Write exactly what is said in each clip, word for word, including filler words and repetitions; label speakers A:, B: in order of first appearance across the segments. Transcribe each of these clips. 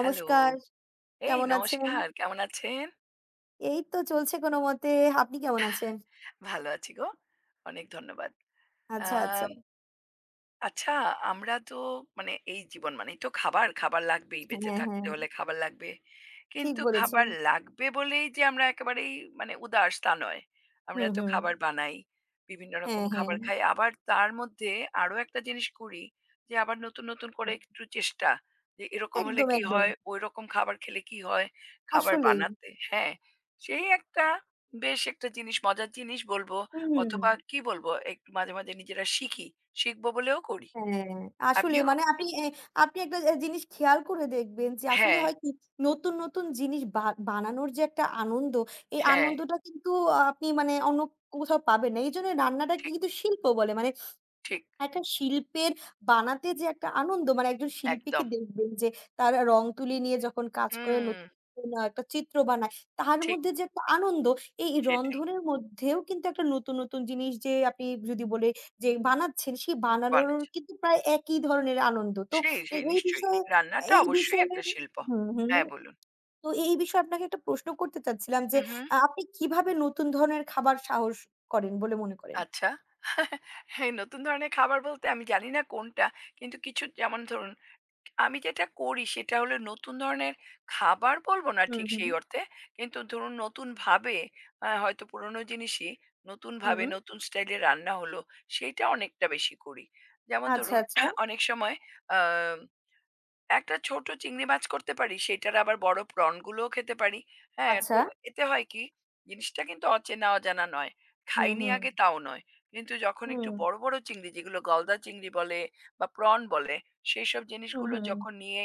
A: Hello. এই
B: কেমন আছেন?
A: নমস্কার। কেমন আছেন?
B: এই তো চলছে কোনমতে। আপনি কেমন আছেন?
A: ভালো আছি গো। অনেক ধন্যবাদ। আ
B: আচ্ছা, আচ্ছা।
A: আচ্ছা, আমরা তো মানে এই জীবন মানেই তো খাবার, খাবার লাগবেই। বেঁচে
B: হ্যাঁ, হ্যাঁ,
A: থাকতে হলে খাবার লাগবে।
B: ঠিক
A: কিন্তু
B: বলেছেন।
A: খাবার লাগবে বলেই যে আমরা একেবারেই মানে উদাস তা নয়। আমরা
B: হুম,
A: তো
B: হুম।
A: খাবার বানাই, বিভিন্ন
B: হ্যাঁ,
A: রকম
B: হ্যাঁ।
A: খাবার খাই। আবার তার মধ্যে আরো একটা জিনিস করি যে আবার নতুন, নতুন করে একটু চেষ্টা যে এরকম হলে
B: একদম,
A: কি
B: একদম।
A: হয়, ওইরকম খাবার খেলে কি হয়, খাবার
B: আসলেই।
A: বানাতে হ্যাঁ, সেই একটা বেশ একটা জিনিস মজার জিনিস বলব।
B: হুম।
A: অথবা কি বলবো একটু মাঝে, মাঝে নিজেরা শিখি। শিখবো বলেও করি।
B: হ্যাঁ, আসলেই
A: আপনিও ক
B: মানে আপনি এ আপনি একটা এ জিনিস খেয়াল করে দেখবেন যে আসলে
A: হ্যাঁ,
B: হয় কি নতুন, নতুন জিনিস বা বানানোর যে একটা আনন্দ, এই
A: হ্যাঁ,
B: আনন্দটা কিন্তু আপনি মানে অন্য কোথাও পাবেন না। এইজন্য রান্নাটাকে
A: ঠিক,
B: কিন্তু শিল্প বলে। মানে
A: ঠিক,
B: একটা শিল্পের বানাতে যে একটা আনন্দ মানে একজন শিল্পীকে
A: একদম।
B: দেখবেন যে তার রং তুলি নিয়ে যখন কাজ করে
A: হুম,
B: নতুন কোন একটা চিত্র বানায় তার
A: ঠিক
B: মধ্যে যে একটা আনন্দ এই
A: সেটাই
B: রন্ধনের মধ্যেও কিন্তু একটা নতুন, নতুন জিনিস যে আপনি যদি বলে যে বানাচ্ছেন সেই বানানোর
A: বানাচ্ছে।
B: কিন্তু প্রায় একই ধরনের আনন্দ। তো
A: সেই,
B: এ
A: সেই
B: এই
A: নিশ্চয়ই।
B: বিষয়ে
A: রান্নাটা
B: এই
A: অবশ্যই
B: বিষয়ে
A: একটা শিল্প।
B: হুম, হুম।
A: হ্যাঁ, বলুন।
B: তো এই বিষয়ে আপনাকে একটা প্রশ্ন করতে চাচ্ছিলাম যে
A: হু, হু,
B: আ আপনি কিভাবে নতুন ধরনের খাবার সাহস করেন বলে মনে করেন?
A: আচ্ছা। হ্যাঁ, নতুন ধরনের খাবার বলতে আমি জানি না কোনটা। কিন্তু কিছু যেমন ধরুন আমি যেটা করি সেটা হলো নতুন ধরনের খাবার বলবো না
B: হুম,
A: ঠিক
B: হুম।
A: সেই অর্থে। কিন্তু ধরুন নতুনভাবে আ হয়তো পুরনো জিনিসই
B: হুম।
A: নতুনভাবে নতুন স্টাইলে রান্না হলো, সেইটা অনেকটা বেশি করি। যেমন
B: আচ্ছা,
A: ধরুন
B: আচ্ছা।
A: অনেক সময় আ একটা ছোট চিংড়ি মাছ করতে পারি, সেটার আবার বড় প্রন গুলোও খেতে পারি। হ্যাঁ?
B: আচ্ছা।
A: তো এতে হয় কি? জিনিসটা কিন্তু অচেনা অজানা নয়।
B: হুম,
A: খাইনি
B: হুম।
A: আগে তাও নয়। কিন্তু যখন একটু
B: হুম,
A: বড়, বড় চিংড়ি যেগুলো গলদা চিংড়ি বলে বা প্রন বলে, সেইসব
B: হুম,
A: জিনিসগুলো
B: হুম।
A: যখন নিয়ে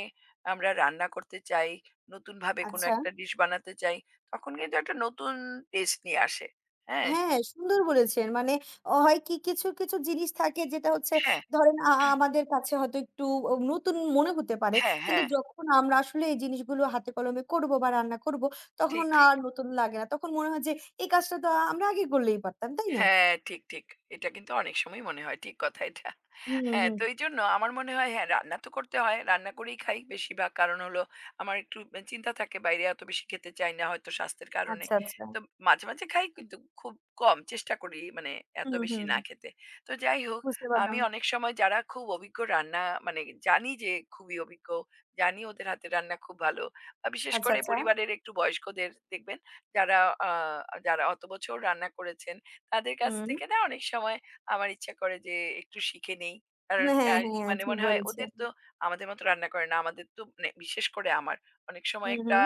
A: আমরা রান্না করতে চাই, নতুনভাবে কোনো
B: আচ্ছা।
A: একটা ডিশ বানাতে চাই, তখন কিন্তু একটা নতুন টেস্ট নিয়ে আসে। হ্যাঁ?
B: হ্যাঁ, সুন্দর বলেছেন। মানে অ হয় কি কিছু, কিছু জিনিস থাকে যেটা হচ্ছে
A: হ্যাঁ।
B: ধরেন আ আ- আমাদের কাছে হয়তো একটু ও নতুন মনে হতে পারে।
A: হ্যাঁ,
B: কিন্তু
A: হ্যাঁ।
B: যখন আমরা আসলে এই জিনিসগুলো হাতে কলমে করবো বা রান্না করবো, তখন
A: ঠিক, ঠিক।
B: আর নতুন লাগে না। তখন মনে হয় যে এই কাজটা তো আমরা আগে করলেই পারতাম, তাই না?
A: হ্যাঁ, ঠিক, ঠিক। এটা কিন্তু অনেক সময় মনে হয়। ঠিক কথা এটা।
B: হুম,
A: হ্যাঁ,
B: হুম।
A: তো এইজন্য আমার মনে হয় হ্যাঁ, রান্না তো করতে হয়। রান্না করেই খাই বেশিরভাগ। কারণ হলো আমার একটু আ চিন্তা থাকে বাইরে এত বেশি খেতে চাই না হয়তো স্বাস্থ্যের কারণে।
B: আচ্ছা, আচ্ছা।
A: তো মাঝে, মাঝে খাই কিন্তু খুব কম চেষ্টা করি মানে এত
B: হুম,
A: বেশি
B: হুম।
A: না খেতে। তো যাই হোক,
B: বুঝতে পারলাম।
A: আমি অনেক সময় যারা খুব অভিজ্ঞ রান্না মানে জানি যে খুবই অভিজ্ঞ, জানি ওদের হাতের রান্না খুব ভালো। আ বিশেষ
B: আচ্ছা,
A: করে
B: আচ্ছা।
A: পরিবারের একটু বয়স্কদের দেখবেন যারা আ যারা অত বছর রান্না করেছেন তাদের কাছ
B: হুম।
A: থেকে না অনেক সময় আমার ইচ্ছা করে যে একটু শিখে নেই। কারণ
B: হ্যাঁ,
A: আ
B: হ্যাঁ, হ্যাঁ,
A: মানে
B: ঠিক
A: মনে হয়
B: বলেছেন।
A: ওদের তো আমাদের মতো রান্না করে না। আমাদের তো মানে বিশেষ করে আমার অনেক সময়
B: হুম,
A: একটা
B: হুম।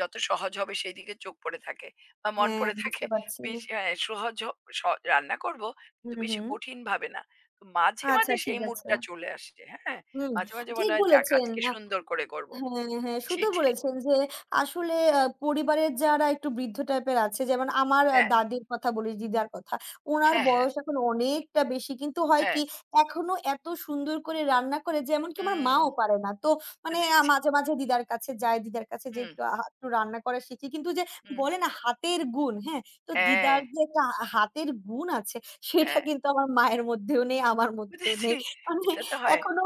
A: যত সহজ হবে সেইদিকে চোখ পড়ে থাকে বা মন
B: হ্যাঁ,
A: পড়ে থাকে।
B: বুঝতে পারছি।
A: বেশ হ্যাঁ, সহজ হ স রান্না করব কিন্তু
B: হুম,
A: বেশি
B: হুম।
A: কঠিন ভাবে না। তো মাঝে,
B: আচ্ছা
A: মাঝে
B: ঠিক
A: সেই
B: আছে।
A: মুডটা চলে আসছে। হ্যাঁ?
B: হুম,
A: মাঝে, মাঝে
B: ঠিক
A: মনে হয় যাক
B: বলেছেন।
A: আজকে
B: আ
A: সুন্দর করে করব।
B: হ্যাঁ, হ্যাঁ, সুন্দর
A: সেটাই।
B: বলেছেন যে আসলে আ পরিবারের যারা একটু বৃদ্ধ টাইপের আছে যেমন আমার আ
A: হ্যাঁ,
B: দাদির কথা বলি, দিদার কথা। উনার
A: হ্যাঁ, হ্যাঁ,
B: বয়স এখন অনেকটা বেশি। কিন্তু হয়
A: হ্যাঁ।
B: কি এখনো এত সুন্দর করে রান্না করে যে এমনকি আমার
A: হুম,
B: মাও পারে না। তো মানে আ
A: বুঝেছি।
B: মাঝে, মাঝে দিদার কাছে যাই, দিদার কাছে যেয়ে
A: হুম,
B: একটু আ একটু রান্না করা শিখি। কিন্তু যে
A: হুম।
B: বলে না হাতের গুণ, হ্যাঁ? তো
A: হ্যাঁ,
B: দিদার যে একটা হাতের গুণ আছে সেটা
A: হ্যাঁ।
B: কিন্তু আমার মায়ের মধ্যেও নেই, আমার মধ্যেও
A: বুঝেছি।
B: নেই। মানে
A: এটা তো হয়।
B: এখনো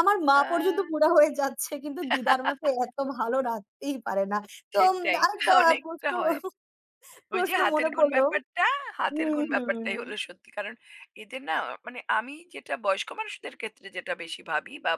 B: আমার মা
A: আ
B: পর্যন্ত বুড়া হয়ে যাচ্ছে কিন্তু দিদার মতো এত ভালো রাঁধতেই পারে না। তো উম
A: সেটাই
B: আরেকটা প্রশ্ন
A: অনেকটা হয়। ওই যে
B: প্রশ্ন মনে
A: হাতের গুণ
B: পড়ল
A: ব্যাপারটা, হাতের
B: হুম,
A: গুণ ব্যাপারটাই
B: হুম।
A: হলো সত্যি। কারণ এদের না মানে আমি যেটা বয়স্ক মানুষদের ক্ষেত্রে যেটা বেশি ভাবি বা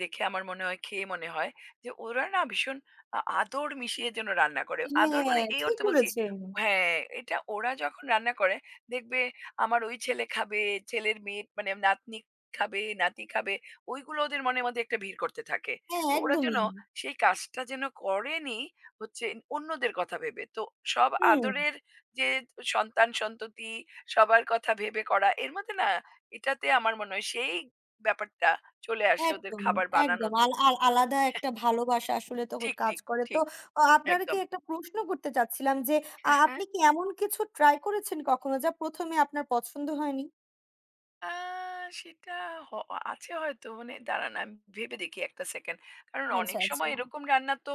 A: দেখে আমার মনে হয়, খেয়ে মনে হয় যে ওরা না ভীষণ আ আদর মিশিয়ে যেন রান্না করে। আদর মানে
B: হ্যাঁ,
A: এই
B: ঠিক
A: অর্থে বলছি
B: বলেছেন।
A: হ্যাঁ, এটা ওরা যখন রান্না করে দেখবে আমার ওই ছেলে খাবে, ছেলের মেয়ে মানে নাতনি খাবে, নাতি খাবে। ওইগুলো ওদের মনের মধ্যে একটা ভিড় করতে থাকে।
B: হ্যাঁ,
A: তো ওরা যেন
B: একদমই।
A: সেই কাজটা যেন করেনি হচ্ছে অন্যদের কথা ভেবে। তো সব
B: হুম,
A: আদরের যে সন্তান-সন্ততি সবার কথা ভেবে করা এর মধ্যে না এটাতে আমার মনে হয় সেই ব্যাপারটা চলে আসে ওদের
B: একদম,
A: খাবার
B: একদম।
A: বানানোতে।
B: আল আল আলাদা একটা ভালোবাসা আসলে তো
A: ঠিক,
B: কাজ
A: ঠিক,
B: করে। তো
A: ঠিক।
B: আ আপনাকে
A: একদম।
B: একটা প্রশ্ন করতে চাচ্ছিলাম যে আ
A: হ্যাঁ,
B: আপনি
A: হ্যাঁ।
B: কি এমন কিছু ট্রাই করেছেন কখনো যা ১ম এ আপনার পছন্দ হয়নি?
A: আ সেটা হ আছে হয়তো মানে দাঁড়ান আমি ভেবে দেখি এক টা সেকেন্ড। কারণ
B: আচ্ছা,
A: অনেক
B: আচ্ছা।
A: সময় এরকম রান্না তো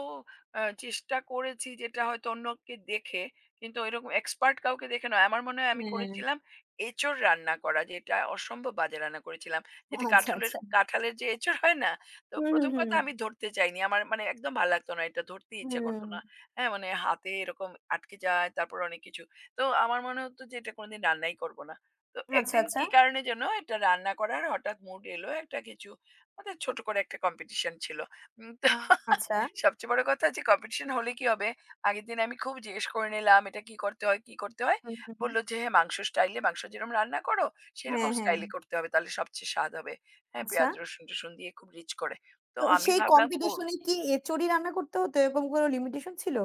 A: আ চেষ্টা করেছি যেটা হয়তো অন্যকে দেখে কিন্তু এরকম এক্সপার্ট কাউকে দেখে নয়। আমার মনে হয় আমি
B: হ্যাঁ,
A: করেছিলাম এঁচোড় রান্না করা যেটা অসম্ভব বাজে রান্না করেছিলাম। যেটা
B: আচ্ছা,
A: কাঁঠালের
B: আচ্ছা।
A: কাঁঠালের যে এঁচোড় হয় না? তো
B: হুম, হুম,
A: ১ম কথা
B: হুম।
A: আমি ধরতে চাইনি। আমার মানে একদম ভাল লাগতো না। এটা ধরতেই ইচ্ছা করত না।
B: হুম।
A: হ্যাঁ? মানে হাতে এরকম আটকে যায় তারপর অনেক কিছু। তো আমার মনে হতো যে এটা কোনদিন রান্নাই করব না। তো
B: আচ্ছা,
A: একদিন
B: আচ্ছা।
A: কি কারণে যেন এটা রান্না করার হঠাৎ মুড এলো একটা কিছু আমাদের ছোট করে একটা কম্পিটিশন ছিল উম, তো
B: আ আচ্ছা।
A: সবচেয়ে বড় কথা যে কম্পিটিশন হলে কি হবে আগের দিন আমি খুব জিজ্ঞেস করে নিলাম এটা কি করতে হয় কি করতে হয়
B: হুম, হুম।
A: বললো যে হ্যাঁ মাংস স্টাইলে মাংস যেরকম রান্না করো
B: হ্যাঁ,
A: সেরকম
B: হ্যাঁ।
A: স্টাইলে করতে হবে তাহলে সবচেয়ে স্বাদ হবে হ্যাঁ
B: আচ্ছা।
A: পেঁয়াজ রসুন টসুন দিয়ে খুব রিচ করে তো
B: তো
A: আমি
B: সেই
A: ভাবলাম
B: কম্পিটিশন
A: করবো
B: এ কি এচোড়ি রান্না করতে হতো? এরকম কোনো লিমিটেশন ছিল?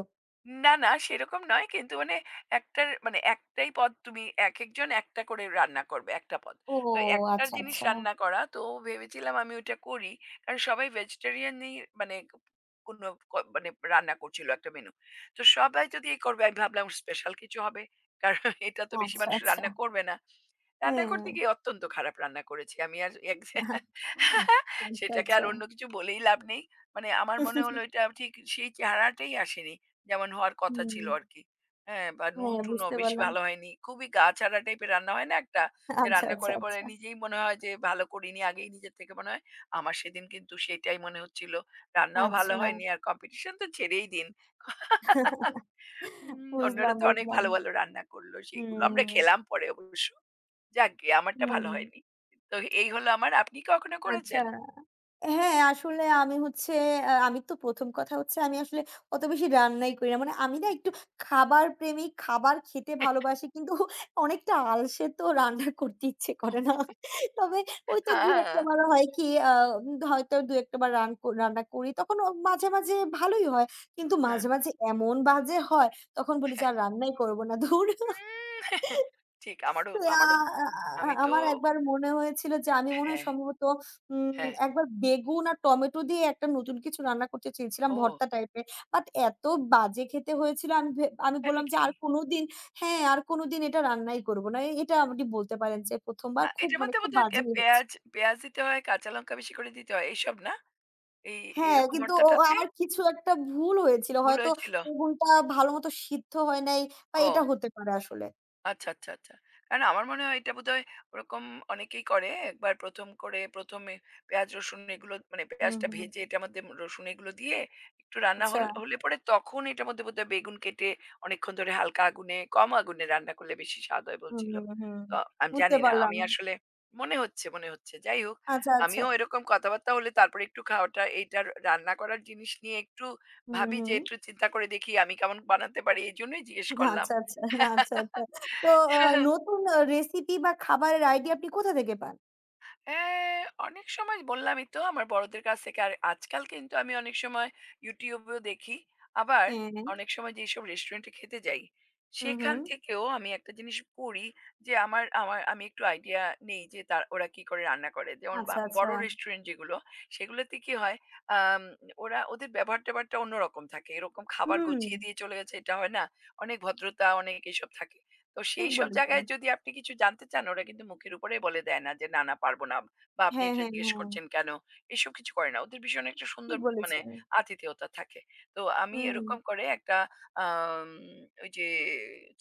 A: না, না সেরকম নয়। কিন্তু মানে একটার মানে একটাই পদ তুমি একেকজন একটা করে রান্না করবে, একটা পদ।
B: ও
A: তো একটার
B: আচ্ছা,
A: জিনিস
B: আচ্ছা।
A: রান্না করা। তো ভেবেছিলাম আমি ওইটা করি। কারণ সবাই ভেজিটেরিয়ানই মানে কোনো ক মানে রান্না করছিল একটা মেনু। তো সবাই যদি এই করবে আমি ভাবলাম স্পেশাল কিছু হবে। কারণ এটা তো বেশি
B: আচ্ছা,
A: মানুষ
B: আচ্ছা।
A: রান্না করবে না। রান্না
B: হ্যাঁ।
A: করতে গিয়ে অত্যন্ত খারাপ রান্না করেছি। আমি আর এক
B: আচ্ছা,
A: সেটাকে আর
B: আচ্ছা।
A: অন্য কিছু বলেই লাভ নেই। মানে আমার মনে হলো এটা ঠিক সেই চেহারাটাই আসেনি। যেমন হওয়ার কথা
B: হুম।
A: ছিল আরকি। হ্যাঁ, বা
B: হ্যাঁ,
A: নুন-টুনও
B: বুঝতে
A: বেশি
B: পারলাম।
A: ভালো হয়নি। খুবই গা ছাড়া টাইপের রান্না হয় না একটা? যে
B: আচ্ছা,
A: রান্না
B: আচ্ছা,
A: করে পরে
B: আচ্ছা।
A: নিজেই মনে হয় যে ভালো করিনি আগেই নিজের থেকে মনে হয়। আমার সেদিন কিন্তু সেটাই মনে হচ্ছিল। রান্নাও ভালো
B: আচ্ছা।
A: হয়নি আর কম্পিটিশন তো ছেড়েই দিন। হুম,
B: বুঝলাম,
A: অন্যরা তো অনেক
B: বুঝলাম।
A: ভালো, ভালো রান্না করল। সেইগুলো আমরা
B: হুম,
A: খেলাম পরে অবশ্য। যাকগে আমারটা ভালো
B: হুম।
A: হয়নি। তো এই হলো আমার আপনি কি কখনো
B: আচ্ছা।
A: করেছেন?
B: হ্যাঁ, আসলে আমি হচ্ছে আ আমি তো ১ম কথা হচ্ছে আমি আসলে অত বেশি রান্নাই করি না। মানে আমি না একটু খাবার প্রেমিক, খাবার খেতে ভালোবাসি। কিন্তু অনেকটা আলসে তো রান্না করতে ইচ্ছে করে না। তবে ওই তো
A: হ্যাঁ,
B: দুই এক টা বার
A: হ্যাঁ।
B: হয় কি আ হয়তো দুই এক টা বার রান কর- রান্না করি। তখন ও মাঝে, মাঝে ভালোই হয়। কিন্তু মাঝে, মাঝে এমন বাজে হয় তখন বলি যে আর রান্নাই করব না। ধুর!
A: উম ঠিক আমারও
B: তো আ
A: আমারও
B: আ
A: আমি তো
B: আমার একবার মনে হয়েছিল যে আমি মনে হয়
A: হ্যাঁ,
B: সম্ভবত উম
A: হ্যাঁ।
B: একবার বেগুন আর টমেটো দিয়ে একটা নতুন কিছু রান্না করতে চেয়েছিলাম
A: ও
B: ভর্তা টাইপের। বাট এত বাজে খেতে হয়েছিল আমি ভে আমি
A: তাই
B: বললাম যে
A: নাকি?
B: আর কোনদিন হ্যাঁ, আর কোনদিন এটা রান্নাই করব না। এ- এটা আপনি বলতে পারেন যে ১ম
A: আ
B: বার খুব
A: এটার
B: মানে
A: মধ্যে
B: খুব
A: বোধহয় এ
B: বাজেই হয়েছে।
A: পেঁয়াজ পেঁয়াজ দিতে হয়, কাঁচা লঙ্কা বেশি করে দিতে হয়। এইসব না? এই
B: হ্যাঁ,
A: এরকম
B: কিন্তু ও ও
A: ভর্তাটাতে
B: আমার কিছু একটা ভুল হয়েছিল।
A: ভুল
B: হয়তো
A: হয়েছিল?
B: বেগুনটা ভালোমতো সিদ্ধ হয় নাই বা এটা
A: ও।
B: হতে পারে আসলে।
A: আচ্ছা, আচ্ছা, আচ্ছা। কারণ আমার মনে হয় এটা বোধহয় ওরকম অনেকেই করে। একবার ১ম করে ১ম এ পেঁয়াজ, রসুন এগুলো মানে
B: হুম,
A: পেঁয়াজটা
B: হুম।
A: ভেজে এটার মধ্যে রসুন এগুলো দিয়ে একটু রান্না
B: আচ্ছা।
A: হল হলে পরে তখন এটার মধ্যে বোধহয় বেগুন কেটে অনেকক্ষণ ধরে হালকা আগুনে, কম আগুনে রান্না করলে বেশি স্বাদ হয়
B: হুম,
A: বলছিল।
B: হুম।
A: তো আমি
B: বুঝতে
A: জানি না।
B: পারলাম।
A: আমি আসলে মনে হচ্ছে, মনে হচ্ছে। যাই হোক,
B: আচ্ছা, আচ্ছা।
A: আমিও এরকম কথাবার্তা হলে তারপরে একটু খাওয়াটা এইটার রান্না করার জিনিস নিয়ে একটু
B: হুম,
A: ভাবি যে
B: হুম।
A: একটু চিন্তা করে দেখি আমি কেমন বানাতে পারি। এজন্যই জিজ্ঞেস করলাম।
B: আচ্ছা, আচ্ছা, আচ্ছা, আচ্ছা। তো আ নতুন আ রেসিপি বা খাবারের আইডিয়া আপনি কোথা থেকে পান?
A: হ্যাঁ, অনেক সময় বললামই তো আমার বড়দের কাছ থেকে। আর আজকাল কিন্তু আমি অনেক সময় YouTube এও দেখি। আবার
B: হ্যাঁ, হ্যাঁ।
A: অনেক সময় যেসব রেস্টুরেন্টে খেতে যাই,
B: হুম,
A: সেখান
B: হুম।
A: থেকেও আমি একটা জিনিস করি যে আমার আমার আমি একটু আইডিয়া নেই যে তার ওরা কি করে রান্না করে। যেমন বা
B: আচ্ছা, আচ্ছা।
A: বড় রেস্টুরেন্ট যেগুলো, সেগুলোতে কি হয় আম ওরা ওদের ব্যবহার-ট্যাবহারটা অন্যরকম থাকে। এরকম খাবার
B: হুম,
A: গুছিয়ে দিয়ে চলে গেছে, এটা হয় না। অনেক ভদ্রতা, অনেক এসব থাকে। তো
B: ঠিক
A: সেই সব
B: বলেছেন।
A: জায়গায় যদি আপনি কিছু জানতে চান ওরা কিন্তু মুখের উপরে বলে দেয় না যে না না পারবো না বা আপনি
B: হ্যাঁ,
A: এটা
B: হ্যাঁ,
A: জিজ্ঞেস
B: হ্যাঁ।
A: করছেন কেন এসব কিছু করে না ওদের ভীষণ একটা
B: ঠিক
A: সুন্দর মানে
B: বলেছেন।
A: আতিথেয়তা থাকে তো আমি
B: হুম,
A: এরকম করে একটা আম, ওই যে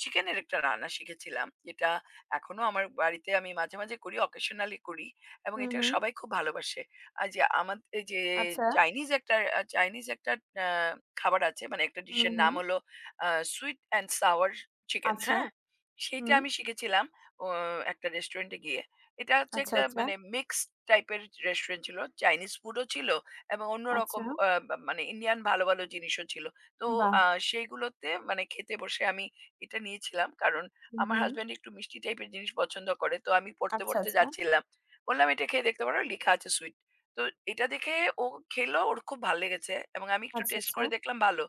A: চিকেনের একটা রান্না শিখেছিলাম যেটা এখনো আমার বাড়িতে আমি মাঝে মাঝে করি অকেশনালি করি এবং
B: হুম,
A: এটা
B: হুম।
A: সবাই খুব ভালোবাসে আর যে আমাদের এই যে
B: আচ্ছা।
A: চাইনিজ একটা চাইনিজ একটা আহ, খাবার আছে মানে একটা
B: হুম,
A: ডিশের
B: হুম।
A: নাম হলো সুইট অ্যান্ড সাওয়ার চিকেন
B: আচ্ছা।
A: হ্যাঁ সেইটা
B: হুম।
A: আমি শিখেছিলাম অ একটা রেস্টুরেন্টে গিয়ে। এটা হচ্ছে
B: আচ্ছা,
A: একটা
B: আচ্ছা,
A: মানে মিক্সড টাইপের রেস্টুরেন্ট ছিল। চাইনিজ ফুডও ছিল এবং
B: আচ্ছা।
A: অন্যরকম আ বা মানে ইন্ডিয়ান ভালো, ভালো জিনিসও ছিল। তো
B: বাহ!
A: আ সেইগুলোতে মানে খেতে বসে আমি এটা নিয়েছিলাম। কারণ
B: হুম,
A: আমার
B: হুম।
A: হাসব্যান্ড একটু মিষ্টি টাইপের জিনিস পছন্দ করে। তো আমি পড়তে,
B: আচ্ছা,
A: পড়তে
B: আচ্ছা,
A: যাচ্ছিলাম। বললাম, "এটা খেয়ে দেখতে পারো, লিখা আছে সুইট।" তো এটা দেখে ও খেলো, ওর খুব ভাল লেগেছে এবং আমি একটু
B: আচ্ছা,
A: টেস্ট
B: আচ্ছা,
A: করে দেখলাম ভালো।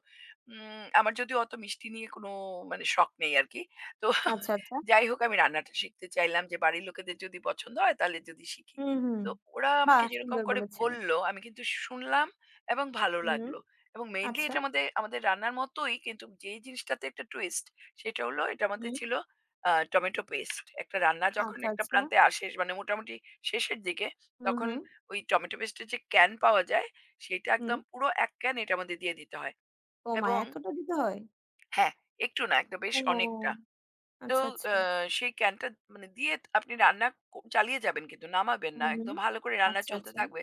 A: উম আমার যদিও অত মিষ্টি নিয়ে কোনো মানে শখ নেই আরকি। তো
B: আচ্ছা, আচ্ছা।
A: যাই হোক আমি রান্নাটা শিখতে চাইলাম যে বাড়ির লোকেদের যদি পছন্দ হয় তাহলে যদি শিখি।
B: হুম, হুম।
A: তো ওরা
B: বাহ!
A: আমাকে যেরকম
B: সুন্দর
A: করে
B: বলেছেন।
A: বলল আমি কিন্তু শুনলাম এবং ভালো
B: হুম।
A: লাগলো। এবং মেইনলি
B: আচ্ছা।
A: এটা আমাদের আমাদের রান্নার মতোই কিন্তু যেই জিনিসটাতে একটা টুইস্ট সেটা হলো এটার মধ্যে
B: হুম।
A: ছিল আ টমেটো পেস্ট। একটা রান্না যখন
B: আচ্ছা,
A: একটা
B: আচ্ছা।
A: প্রান্তে আসে মানে মোটামুটি শেষের দিকে
B: হুম,
A: তখন
B: হুম।
A: ওই টমেটো পেস্টের যে ক্যান পাওয়া যায় সেটা
B: হুম।
A: একদম পুরো এক ক্যান এটার মধ্যে দিয়ে দিতে হয়।
B: ও মা!
A: এবং
B: এতটা দিতে হয়?
A: হ্যাঁ, একটু না একটা বেশ অনেকটা।
B: ও
A: তো
B: আচ্ছা, আচ্ছা।
A: আ সেই ক্যানটা মানে দিয়ে আপনি রান্না ক চালিয়ে যাবেন কিন্তু নামাবেন
B: হুম,
A: না।
B: হুম।
A: একদম ভালো করে রান্না
B: আচ্ছা,
A: চলতে
B: আচ্ছা।
A: থাকবে।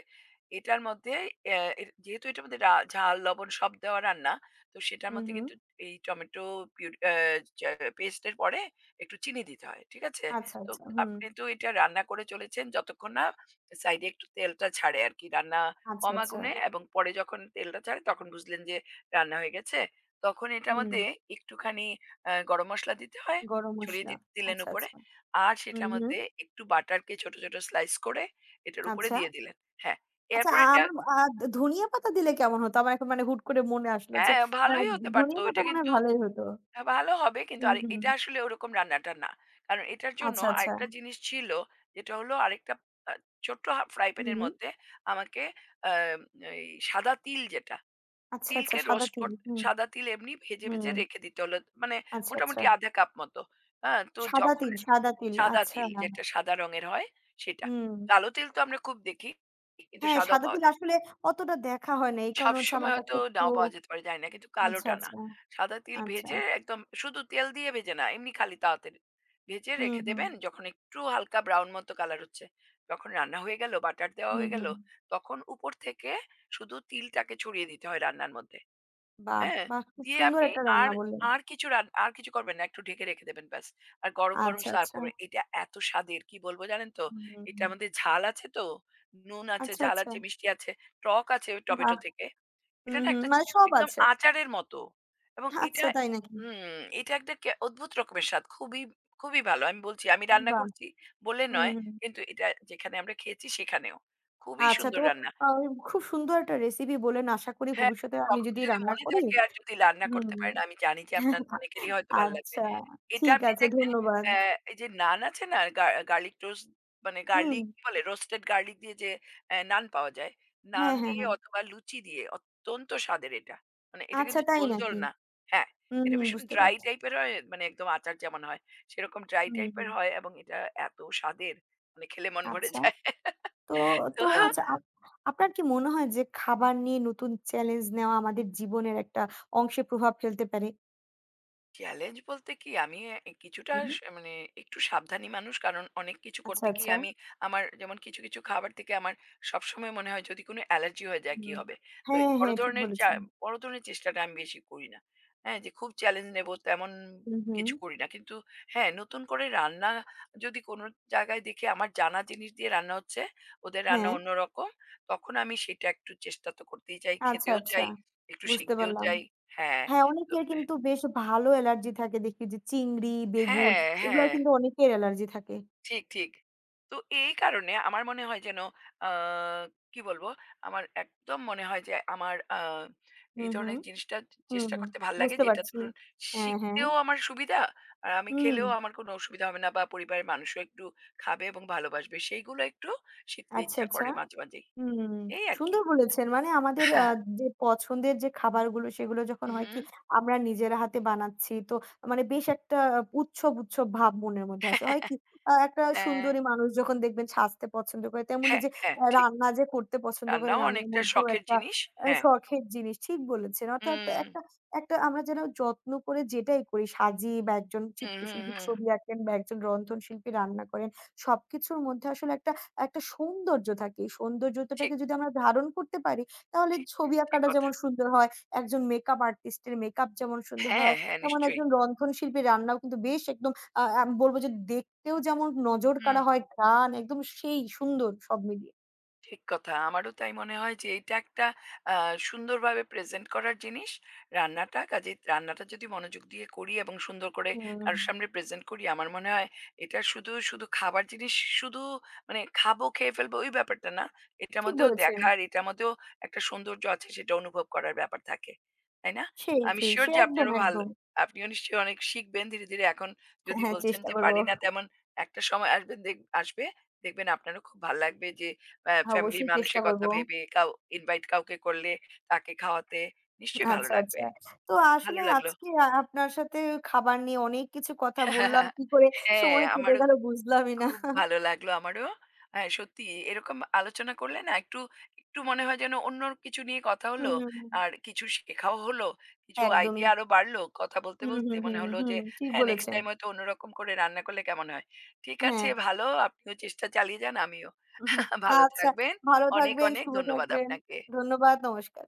A: এটার মধ্যে অ্যা এ যেহেতু এটার মধ্যে রা ঝাল, লবণ সব দেওয়া রান্না, তো সেটার
B: হুম,
A: মধ্যে
B: হুম।
A: কিন্তু এই টমেটো পিউরি অ্যা চ পেস্টের পরে একটু চিনি দিতে হয়। ঠিক আছে?
B: আচ্ছা,
A: তো
B: আচ্ছা। হুম।
A: আপনি তো এটা রান্না করে চলেছেন যতক্ষণ না সাইডে একটু তেলটা ছাড়ে আরকি। রান্না
B: আচ্ছা,
A: কম
B: আচ্ছা।
A: আগুনে এবং পরে যখন তেলটা ছাড়ে তখন বুঝলেন যে রান্না হয়ে গেছে। তখন এটার
B: হুম।
A: মধ্যে একটুখানি অ্যা গরম মসলা দিতে হয়,
B: গরম
A: ছড়িয়ে
B: মসলা।
A: দি দিলেন
B: আচ্ছা,
A: উপরে।
B: আচ্ছা।
A: আর
B: হুম,
A: সেটার
B: হুম।
A: মধ্যে একটু বাটারকে ছোট ছোট স্লাইস করে এটার উপরে
B: আচ্ছা।
A: দিয়ে দিলেন। হ্যাঁ,
B: আচ্ছা
A: এরপর
B: আ
A: এটা
B: আমার আ ধ- ধনিয়া পাতা দিলে কেমন হতো? আমার এখন মানে হুট করে মনে আসলো যে
A: হ্যাঁ,
B: আ
A: ভালোই হতে পারত।
B: ধনিয়া পাতা
A: এটা
B: মনে হয়
A: কিন্তু
B: ভালোই হতো।
A: হ্যাঁ, ভালো হবে, কিন্তু
B: হুম,
A: আর
B: হুম।
A: এটা আসলে ওরকম রান্নাটা না। কারণ এটার জন্য
B: আচ্ছা, আচ্ছা।
A: আরেকটা জিনিস ছিল যেটা হলো আরেকটা আ ছোট্ট হা ফ্রাই
B: হুম।
A: প্যানের
B: হুম
A: মধ্যে আমাকে আম এই সাদা তিল যেটা,
B: আচ্ছা, আচ্ছা।
A: তিলকে
B: সাদা
A: রোস্ট
B: তিল।
A: কর
B: হুম,
A: সাদা তিল এমনি ভেজে ভেজে
B: হুম।
A: রেখে দিতে হলো। মানে
B: আচ্ছা, আচ্ছা।
A: মোটামুটি আধা কাপ মতো। হ্যাঁ, তো
B: সাদা
A: যখন
B: তিল, সাদা তিল।
A: সাদা
B: আচ্ছা।
A: তিল যেটা সাদা রঙের হয় সেটা।
B: হুম।
A: কালো তিল তো আমরা খুব দেখি, কিন্তু
B: হ্যাঁ,
A: সাদাও
B: 'সাদা
A: পাওয়া
B: তিল'
A: যায়।
B: আসলে অতটা দেখা হয় না। এই কারণে হচ্ছে আমার
A: সবসময়
B: কাছে
A: হয়তো
B: একটু
A: নাও পাওয়া যেতে পারে জানি না, কিন্তু
B: আচ্ছা,
A: কালোটা না।
B: আচ্ছা,
A: সাদা তিল
B: আচ্ছা।
A: ভেজে, একদম শুধু তেল দিয়ে ভেজে না, এমনি খালি তাওয়াতে ভেজে
B: হুম,
A: রেখে
B: হুম,
A: দেবেন। যখন একটু হালকা ব্রাউন মতো কালার হচ্ছে, যখন রান্না হয়ে গেল, বাটার দেওয়া
B: হুম,
A: হয়ে গেল,
B: হুম।
A: তখন উপর থেকে শুধু তিলটাকে ছড়িয়ে দিতে হয় রান্নার মধ্যে।
B: বাহ!
A: হ্যাঁ,
B: বাহ! খুব
A: দিয়ে
B: সুন্দর
A: আপনি
B: একটা
A: আর
B: রান্না বললেন।
A: আর কিছু রান আর কিছু করবেন না। একটু ঢেকে রেখে দেবেন ব্যাস। আর গরম গরম
B: আচ্ছা,
A: সার্ভ
B: আচ্ছা।
A: করবেন। এটা এত স্বাদের কি বলব জানেন তো?
B: হুম, হুম,
A: এটা
B: হুম।
A: আমাদের ঝাল আছে তো, নুন আছে,
B: আচ্ছা,
A: ঝাল
B: আচ্ছা।
A: আছে, মিষ্টি আছে, টক আছে টমেটো
B: বাহ!
A: থেকে। এটা
B: হুম,
A: না
B: হুম।
A: একটা
B: মানে সব
A: একদম
B: আছে।
A: আচারের মতো, এবং এটা
B: আচ্ছা, তাই নাকি?
A: হুম, এটা একটা কে অদ্ভুত রকমের স্বাদ। খুবই, খুবই ভালো। আমি বলছি আমি রান্না
B: বাহ!
A: করছি বলে
B: হুম,
A: নয়,
B: হুম।
A: কিন্তু এটা যেখানে আমরা খেয়েছি সেখানেও। খুবই
B: আচ্ছা
A: সুন্দর
B: তো
A: রান্না।
B: আ খুব সুন্দর একটা রেসিপি বললেন। আশা করি
A: হ্যাঁ,
B: ভবিষ্যতে আমি
A: কখনো
B: যদি
A: যদি
B: রান্না
A: মনে
B: করি
A: থাকে আর যদি রান্না করতে
B: হুম।
A: পারেন, আমি জানি যে আপনার অনেকেরই হয়তো ভাল লাগবে।
B: আচ্ছা,
A: এটা
B: ঠিক
A: আপনি
B: আছে
A: দেখবেন
B: ধন্যবাদ।
A: অ্যা এই যে নান আছে না? গা গার্লিক টোস্ট, মানে
B: হুম।
A: গার্লিক কি বলে? রোস্টেড গার্লিক দিয়ে যে অ্যা নান পাওয়া যায়। নান
B: হ্যাঁ, হ্যাঁ,
A: দিয়ে
B: হ্যাঁ।
A: অথবা লুচি দিয়ে অত্যন্ত স্বাদের এটা। মানে এটা
B: আচ্ছা
A: কিন্তু
B: তাই
A: ঝোল ঝোল
B: নাকি?
A: না। হ্যাঁ,
B: হুম,
A: এটা
B: হুম,
A: ভীষণ
B: বুঝতে
A: ড্রাই
B: পারছি।
A: টাইপের হয়, মানে একদম আচার যেমন হয়, সেরকম ড্রাই
B: হুম,
A: টাইপের
B: হুম।
A: হয় এবং এটা এত স্বাদের মানে খেলে মন ভরে
B: আচ্ছা।
A: যায়।
B: তো
A: তো
B: তো আচ্ছা আপ আপনার কি মনে হয় যে খাবার নিয়ে নতুন চ্যালেঞ্জ নেওয়া আমাদের জীবনের একটা অংশে প্রভাব ফেলতে পারে?
A: চ্যালেঞ্জ বলতে কি আমি এ কিছুটা
B: হুম,
A: স মানে একটু সাবধানী মানুষ। কারণ অনেক কিছু
B: আচ্ছা,
A: করতে গিয়ে
B: আচ্ছা।
A: আমি আমার যেমন কিছু কিছু খাবার থেকে আমার সবসময় মনে হয় যদি কোনো অ্যালার্জি হয়ে যায়
B: হুম।
A: কি হবে? তো এই
B: হ্যাঁ,
A: বড়
B: হ্যাঁ, ঠিক
A: ধরনের চা
B: বলেছেন।
A: বড় ধরনের চেষ্টাটা আমি বেশি করি না। হ্যাঁ? যে খুব চ্যালেঞ্জ নেব তেমন
B: হুম, হুম।
A: কিছু করি না। কিন্তু হ্যাঁ, নতুন করে রান্না যদি কোনো জায়গায় দেখি আমার জানা জিনিস দিয়ে রান্না হচ্ছে, ওদের
B: হ্যাঁ।
A: রান্না অন্যরকম, তখন আমি সেটা একটু চেষ্টা তো করতেই চাই,
B: আচ্ছা,
A: খেতেও
B: আচ্ছা।
A: চাই, একটু
B: বুঝতে
A: শিখতেও
B: পারলাম।
A: চাই। হ্যাঁ,
B: হ্যাঁ,
A: তো
B: অনেকের কিন্তু বেশ ভালো অ্যালার্জি থাকে দেখি যে চিংড়ি, বেগুন
A: হ্যাঁ,
B: এগুলার
A: হ্যাঁ।
B: কিন্তু অনেকের অ্যালার্জি থাকে।
A: ঠিক, ঠিক। তো এই কারণে আমার মনে হয় যেন আ কি বলবো? আমার একদম মনে হয় যে আমার আ
B: হুম,
A: এই
B: হুম।
A: ধরনের জিনিসটা
B: হুম,
A: চেষ্টা
B: হুম।
A: করতে ভাল লাগে,
B: বুঝতে
A: যেটা
B: পারছি।
A: ধরুন
B: হ্যাঁ, হ্যাঁ।
A: শিখতেও আমার সুবিধা, আর আমি
B: হুম।
A: খেলেও আমার কোনো অসুবিধা হবে না, বা পরিবারের মানুষও একটু খাবে এবং ভালোবাসবে। সেইগুলো একটু শিখতে
B: আচ্ছা,
A: ইচ্ছা
B: আচ্ছা।
A: করে মাঝে মাঝেই।
B: হুম,
A: এই আরকি।
B: সুন্দর বলেছেন। মানে আমাদের আ যে পছন্দের যে খাবারগুলো সেগুলো যখন
A: উহু।
B: হয় কি আমরা নিজের হাতে বানাচ্ছি তো মানে বেশ একটা আহ, উৎসব, উৎসব ভাব মনের
A: হ্যাঁ,
B: মধ্যে আসে। হয় কি আ একটা সুন্দরী
A: হুম।
B: মানুষ যখন দেখবেন সাজতে পছন্দ করে তেমনি
A: হ্যাঁ,
B: যে
A: হ্যাঁ, হ্যাঁ
B: আ
A: ঠিক।
B: রান্না যে করতে পছন্দ করে
A: রান্নাও
B: রান্নার
A: অনেকটা
B: মধ্যেও
A: শখের
B: একটা
A: জিনিস।
B: আ
A: হ্যাঁ।
B: শখের জিনিস। ঠিক বলেছেন। অর্থাৎ
A: হুম।
B: একটা একটা আমরা যেন যত্ন করে যেটাই করি সাজিয়ে বা একজন
A: হুম, হুম,
B: চিত্রশিল্পী
A: হুম।
B: ছবি আঁকেন বা একজন রন্ধনশিল্পী রান্না করেন। সবকিছুর মধ্যে আসলে একটা একটা সৌন্দর্য থাকে। এই
A: ঠিক।
B: সৌন্দর্যতাটাকে যদি আমরা ধারণ করতে পারি, তাহলে
A: ঠিক,
B: ছবি
A: ঠিক
B: আঁকাটা
A: কথা।
B: যেমন সুন্দর হয়, একজন মেকআপ আর্টিস্টের মেকআপ যেমন সুন্দর
A: হ্যাঁ,
B: হয়,
A: হ্যাঁ
B: তেমন
A: নিশ্চয়ই।
B: একজন রন্ধনশিল্পীর রান্নাও কিন্তু বেশ একদম আ আমি বলব যে দেখতেও যেমন নজর
A: হু,
B: কাড়া হয়, গান একদম সেই সুন্দর সব মিলিয়ে।
A: ঠিক কথা। আমারও তাই মনে হয় যে এইটা একটা আ সুন্দরভাবে প্রেজেন্ট করার জিনিস। রান্নাটা কাজেই রান্নাটা যদি মনোযোগ দিয়ে করি এবং সুন্দর করে
B: হুম,
A: কারো সামনে প্রেজেন্ট করি, আমার মনে হয় এটা শুধু শুধু খাবার জিনিস শুধু মানে খাবো, খেয়ে ফেলবো ওই ব্যাপারটা না। এটার
B: ঠিক
A: মধ্যেও
B: বলেছেন।
A: দেখার, এটার মধ্যেও একটা সৌন্দর্য আছে, সেটা অনুভব করার ব্যাপার থাকে। তাই না?
B: সেই,
A: আমি
B: সেই,
A: সিউর
B: সে
A: যে
B: একদম,
A: আপনারও ভালো,
B: একদম।
A: আপনিও নিশ্চয়ই অনেক শিখবেন ধীরে ধীরে। এখন
B: হ্যাঁ,
A: যদি
B: হ্যাঁ
A: বলছেন
B: চেষ্টা
A: যে
B: করব।
A: পারি না তেমন, একটা সময় আসবেন দেখ আসবে, দেখবেন আপনারও খুব ভাল লাগবে যে অ্যা ফ্যামিলির
B: অবশ্যই চেষ্টা
A: মানুষের
B: করব।
A: কথা ভেবে কাউ ইনভাইট কাউকে করলে তাকে খাওয়াতে নিশ্চয়ই ভালো
B: আচ্ছা, আচ্ছা।
A: লাগবে।
B: তো আসলে
A: ভালো লাগলো।
B: আজকে আ আপনার সাথে খাবার নিয়ে অনেক কিছু কথা বললাম। কি করে
A: হ্যাঁ,
B: সময় কেটে
A: আমারও
B: গেল বুঝলামই না।
A: খুব ভালো লাগলো আমারও। হ্যাঁ, সত্যি এরকম আলোচনা করলে না একটু, একটু মনে হয় যেন অন্য কিছু নিয়ে কথা হলো।
B: হুম,
A: আর কিছু শেখাও হলো। কিছু
B: একদমই।
A: আইডিয়া আরো বাড়লো। কথা বলতে
B: হুম,
A: বলতে
B: হুম, হুম,
A: মনে হলো যে
B: হুম। ঠিক
A: হ্যাঁ, নেক্সট
B: বলেছেন।
A: টাইম হয়তো অন্যরকম করে রান্না করলে কেমন হয়? ঠিক
B: হ্যাঁ।
A: আছে ভালো। আপনিও চেষ্টা চালিয়ে যান, আমিও।
B: হুম,
A: ভালো
B: আচ্ছা,
A: থাকবেন।
B: ভালো
A: অনেক
B: থাকবেন,
A: অনেক
B: শুভ
A: ধন্যবাদ
B: থাকবেন।
A: আপনাকে।
B: ধন্যবাদ, নমস্কার।